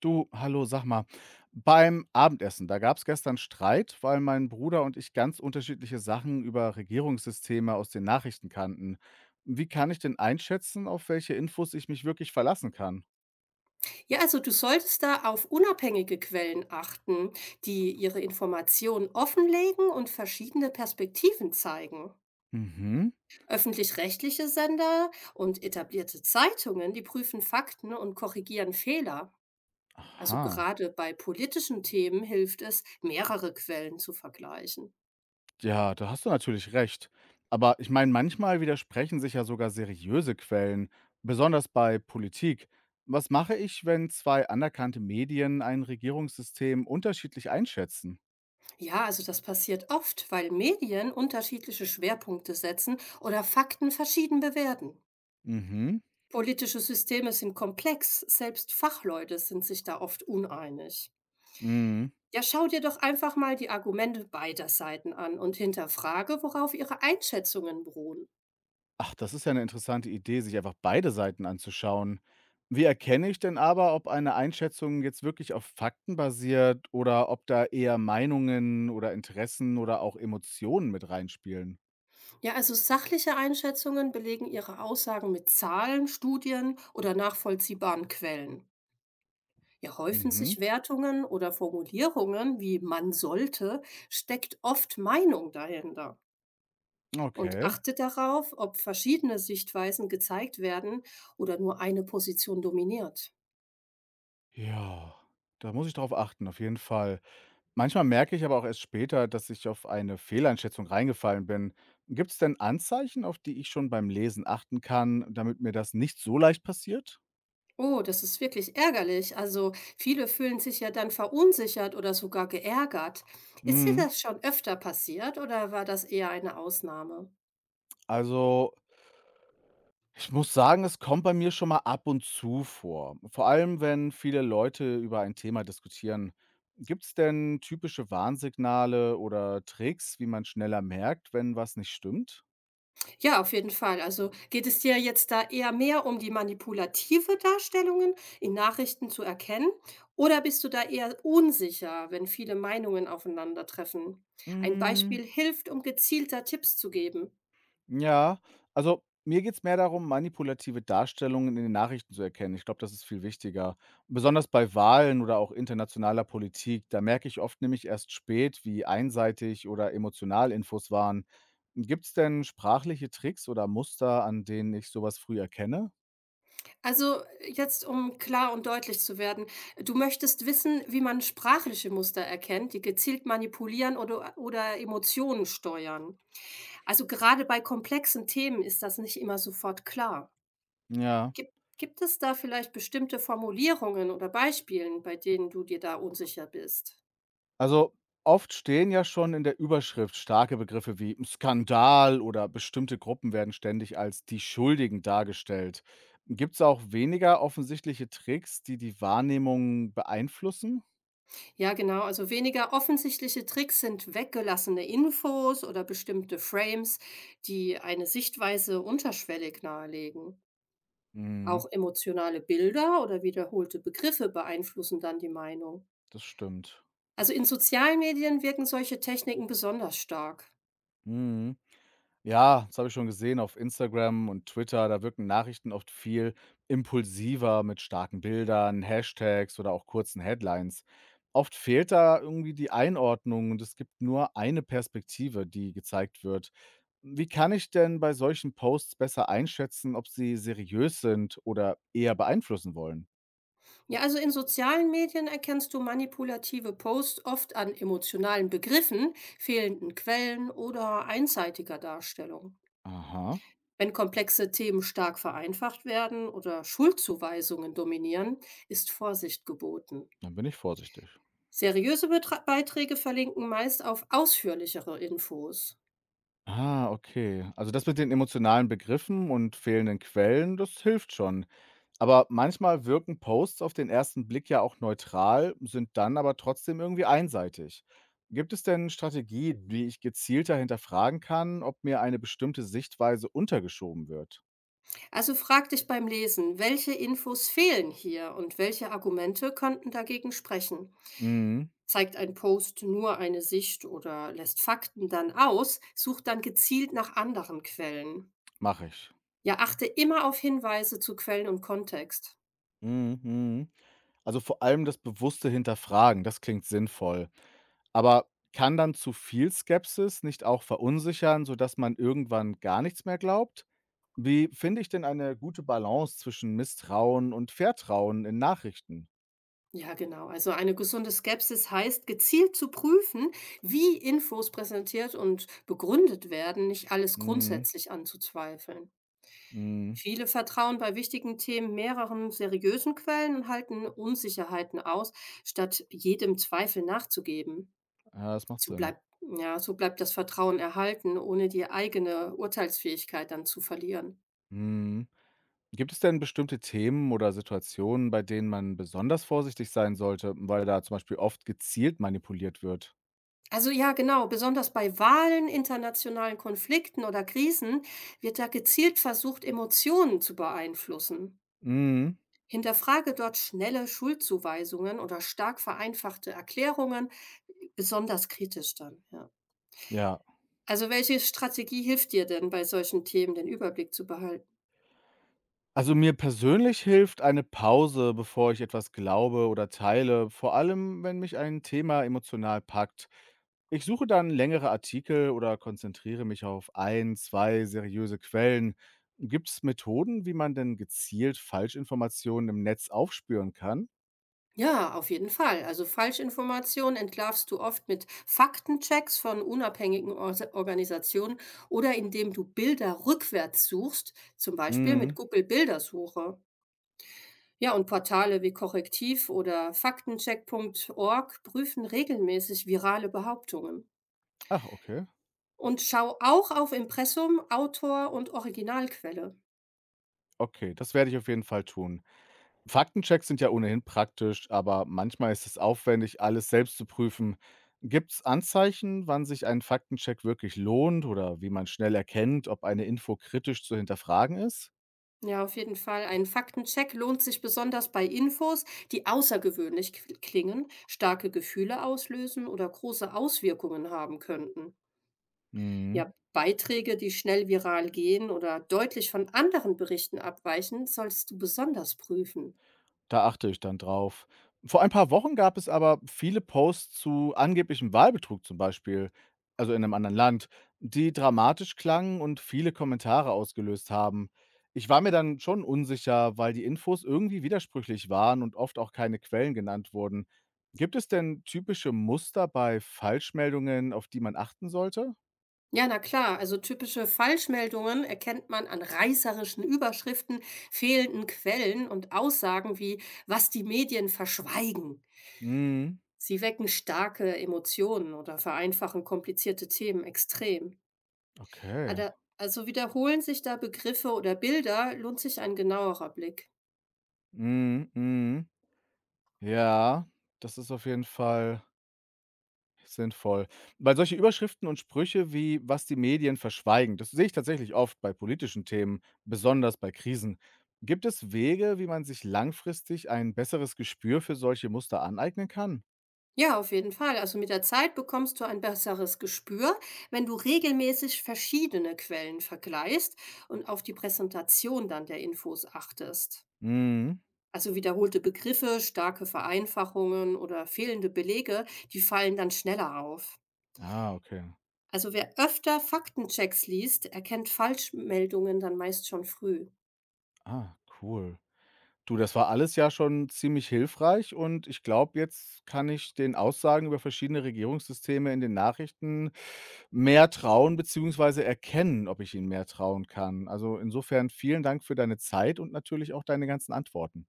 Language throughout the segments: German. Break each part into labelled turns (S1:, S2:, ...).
S1: Du, hallo, sag mal, beim Abendessen, da gab es gestern Streit, weil mein Bruder und ich ganz unterschiedliche Sachen über Regierungssysteme aus den Nachrichten kannten. Wie kann ich denn einschätzen, auf welche Infos ich mich wirklich verlassen kann?
S2: Ja, also du solltest da auf unabhängige Quellen achten, die ihre Informationen offenlegen und verschiedene Perspektiven zeigen.
S1: Mhm.
S2: Öffentlich-rechtliche Sender und etablierte Zeitungen, die prüfen Fakten und korrigieren Fehler. Also
S1: Aha.
S2: gerade bei politischen Themen hilft es, mehrere Quellen zu vergleichen.
S1: Ja, da hast du natürlich recht. Aber ich meine, manchmal widersprechen sich ja sogar seriöse Quellen, besonders bei Politik. Was mache ich, wenn zwei anerkannte Medien ein Regierungssystem unterschiedlich einschätzen?
S2: Ja, also das passiert oft, weil Medien unterschiedliche Schwerpunkte setzen oder Fakten verschieden bewerten.
S1: Mhm.
S2: Politische Systeme sind komplex, selbst Fachleute sind sich da oft uneinig.
S1: Mhm.
S2: Ja, schau dir doch einfach mal die Argumente beider Seiten an und hinterfrage, worauf ihre Einschätzungen beruhen.
S1: Ach, das ist ja eine interessante Idee, sich einfach beide Seiten anzuschauen. Wie erkenne ich denn aber, ob eine Einschätzung jetzt wirklich auf Fakten basiert oder ob da eher Meinungen oder Interessen oder auch Emotionen mit reinspielen?
S2: Ja, also sachliche Einschätzungen belegen ihre Aussagen mit Zahlen, Studien oder nachvollziehbaren Quellen. Ja, häufen
S1: Mhm,
S2: sich Wertungen oder Formulierungen wie man sollte, steckt oft Meinung dahinter. Und
S1: okay.
S2: achte darauf, ob verschiedene Sichtweisen gezeigt werden oder nur eine Position dominiert.
S1: Ja, da muss ich drauf achten, auf jeden Fall. Manchmal merke ich aber auch erst später, dass ich auf eine Fehleinschätzung reingefallen bin. Gibt es denn Anzeichen, auf die ich schon beim Lesen achten kann, damit mir das nicht so leicht passiert?
S2: Oh, das ist wirklich ärgerlich. Also viele fühlen sich ja dann verunsichert oder sogar geärgert. Ist dir
S1: Mhm.
S2: das schon öfter passiert oder war das eher eine Ausnahme?
S1: Also ich muss sagen, es kommt bei mir schon mal ab und zu vor. Vor allem, wenn viele Leute über ein Thema diskutieren. Gibt es denn typische Warnsignale oder Tricks, wie man schneller merkt, wenn was nicht stimmt?
S2: Ja, auf jeden Fall. Also geht es dir jetzt da eher mehr um die manipulative Darstellungen in Nachrichten zu erkennen? Oder bist du da eher unsicher, wenn viele Meinungen aufeinandertreffen? Ein Beispiel hilft, um gezielter Tipps zu geben.
S1: Ja, also mir geht's mehr darum, manipulative Darstellungen in den Nachrichten zu erkennen. Ich glaube, das ist viel wichtiger. Besonders bei Wahlen oder auch internationaler Politik, da merke ich oft nämlich erst spät, wie einseitig oder emotional Infos waren. Gibt's denn sprachliche Tricks oder Muster, an denen ich sowas früh erkenne?
S2: Also jetzt, um klar und deutlich zu werden, du möchtest wissen, wie man sprachliche Muster erkennt, die gezielt manipulieren oder Emotionen steuern. Also gerade bei komplexen Themen ist das nicht immer sofort klar.
S1: Ja.
S2: Gibt es da vielleicht bestimmte Formulierungen oder Beispielen, bei denen du dir da unsicher bist?
S1: Also oft stehen ja schon in der Überschrift starke Begriffe wie Skandal oder bestimmte Gruppen werden ständig als die Schuldigen dargestellt. Gibt es auch weniger offensichtliche Tricks, die die Wahrnehmung beeinflussen?
S2: Ja, genau, also weniger offensichtliche Tricks sind weggelassene Infos oder bestimmte Frames, die eine Sichtweise unterschwellig nahelegen.
S1: Mhm,
S2: Auch emotionale Bilder oder wiederholte Begriffe beeinflussen dann die Meinung.
S1: das stimmt.
S2: Also in sozialen Medien wirken solche Techniken besonders stark.
S1: Ja, das habe ich schon gesehen auf Instagram und Twitter. Da wirken Nachrichten oft viel impulsiver mit starken Bildern, Hashtags oder auch kurzen Headlines. Oft fehlt da irgendwie die Einordnung und es gibt nur eine Perspektive, die gezeigt wird. Wie kann ich denn bei solchen Posts besser einschätzen, ob sie seriös sind oder eher beeinflussen wollen?
S2: Ja, also in sozialen Medien erkennst du manipulative Posts oft an emotionalen Begriffen, fehlenden Quellen oder einseitiger Darstellung.
S1: Aha,
S2: Wenn komplexe Themen stark vereinfacht werden oder Schuldzuweisungen dominieren, ist Vorsicht geboten.
S1: dann bin ich vorsichtig.
S2: Seriöse Betra Beiträge verlinken meist auf ausführlichere Infos.
S1: Ah, okay. Also das mit den emotionalen Begriffen und fehlenden Quellen, das hilft schon. Aber manchmal wirken Posts auf den ersten Blick ja auch neutral, sind dann aber trotzdem irgendwie einseitig. Gibt es denn Strategien, wie ich gezielter hinterfragen kann, ob mir eine bestimmte Sichtweise untergeschoben wird?
S2: Also frag dich beim Lesen, welche Infos fehlen hier und welche Argumente könnten dagegen sprechen.
S1: Mhm,
S2: Zeigt ein Post nur eine Sicht oder lässt Fakten dann aus, sucht dann gezielt nach anderen Quellen.
S1: mache ich.
S2: Ja, achte immer auf Hinweise zu Quellen und Kontext.
S1: Mhm. Also, vor allem das bewusste Hinterfragen, das klingt sinnvoll. Aber kann dann zu viel Skepsis nicht auch verunsichern, sodass man irgendwann gar nichts mehr glaubt? Wie finde ich denn eine gute Balance zwischen Misstrauen und Vertrauen in Nachrichten?
S2: Ja, genau. Also eine gesunde Skepsis heißt, gezielt zu prüfen, wie Infos präsentiert und begründet werden, nicht alles
S1: Mhm,
S2: grundsätzlich anzuzweifeln.
S1: mhm.
S2: Viele vertrauen bei wichtigen Themen mehreren seriösen Quellen und halten Unsicherheiten aus, statt jedem Zweifel nachzugeben.
S1: Ja, das macht Sinn.
S2: So bleibt das Vertrauen erhalten, ohne die eigene Urteilsfähigkeit dann zu verlieren.
S1: Mhm. Gibt es denn bestimmte Themen oder Situationen, bei denen man besonders vorsichtig sein sollte, weil da zum Beispiel oft gezielt manipuliert wird?
S2: Also ja, genau, besonders bei Wahlen, internationalen Konflikten oder Krisen wird da gezielt versucht, Emotionen zu beeinflussen.
S1: Mhm.
S2: Hinterfrage dort schnelle Schuldzuweisungen oder stark vereinfachte Erklärungen, besonders kritisch dann. Ja.
S1: Ja.
S2: Also welche Strategie hilft dir denn bei solchen Themen, den Überblick zu behalten?
S1: Also, mir persönlich hilft eine Pause, bevor ich etwas glaube oder teile, vor allem, wenn mich ein Thema emotional packt. Ich suche dann längere Artikel oder konzentriere mich auf ein, 2 seriöse Quellen. Gibt es Methoden, wie man denn gezielt Falschinformationen im Netz aufspüren kann?
S2: Ja, auf jeden Fall. Also Falschinformationen entlarvst du oft mit Faktenchecks von unabhängigen Organisationen oder indem du Bilder rückwärts suchst, zum Beispiel mit
S1: Mhm.
S2: Google Bildersuche. Ja, und Portale wie Korrektiv oder Faktencheck.org prüfen regelmäßig virale Behauptungen.
S1: Ach, okay.
S2: Und schau auch auf Impressum, Autor und Originalquelle.
S1: Okay, das werde ich auf jeden Fall tun. Faktenchecks sind ja ohnehin praktisch, aber manchmal ist es aufwendig, alles selbst zu prüfen. Gibt es Anzeichen, wann sich ein Faktencheck wirklich lohnt oder wie man schnell erkennt, ob eine Info kritisch zu hinterfragen ist?
S2: Ja, auf jeden Fall. Ein Faktencheck lohnt sich besonders bei Infos, die außergewöhnlich klingen, starke Gefühle auslösen oder große Auswirkungen haben könnten.
S1: Hm.
S2: Ja, Beiträge, die schnell viral gehen oder deutlich von anderen Berichten abweichen, solltest du besonders prüfen.
S1: Da achte ich dann drauf. Vor ein paar Wochen gab es aber viele Posts zu angeblichem Wahlbetrug zum Beispiel, also in einem anderen Land, die dramatisch klangen und viele Kommentare ausgelöst haben. Ich war mir dann schon unsicher, weil die Infos irgendwie widersprüchlich waren und oft auch keine Quellen genannt wurden. Gibt es denn typische Muster bei Falschmeldungen, auf die man achten sollte?
S2: Ja, na klar, also typische Falschmeldungen erkennt man an reißerischen Überschriften, fehlenden Quellen und Aussagen wie, was die Medien verschweigen.
S1: Mhm.
S2: Sie wecken starke Emotionen oder vereinfachen komplizierte Themen extrem.
S1: Okay.
S2: Also wiederholen sich da Begriffe oder Bilder, lohnt sich ein genauerer Blick.
S1: Mhm, mhm. Ja, das ist auf jeden Fall sinnvoll. Weil solche Überschriften und Sprüche wie „was die Medien verschweigen“, das sehe ich tatsächlich oft bei politischen Themen, besonders bei Krisen. Gibt es Wege, wie man sich langfristig ein besseres Gespür für solche Muster aneignen kann?
S2: Ja, auf jeden Fall. Also mit der Zeit bekommst du ein besseres Gespür, wenn du regelmäßig verschiedene Quellen vergleichst und auf die Präsentation dann der Infos achtest.
S1: Mhm.
S2: Also wiederholte Begriffe, starke Vereinfachungen oder fehlende Belege, die fallen dann schneller auf.
S1: Ah, okay.
S2: Also wer öfter Faktenchecks liest, erkennt Falschmeldungen dann meist schon früh.
S1: Ah, cool. Du, das war alles ja schon ziemlich hilfreich und ich glaube, jetzt kann ich den Aussagen über verschiedene Regierungssysteme in den Nachrichten mehr trauen beziehungsweise erkennen, ob ich ihnen mehr trauen kann. Also insofern vielen Dank für deine Zeit und natürlich auch deine ganzen Antworten.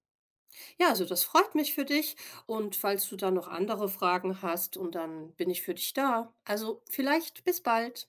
S2: Ja, also das freut mich für dich und falls du da noch andere Fragen hast und dann bin ich für dich da. Also vielleicht bis bald.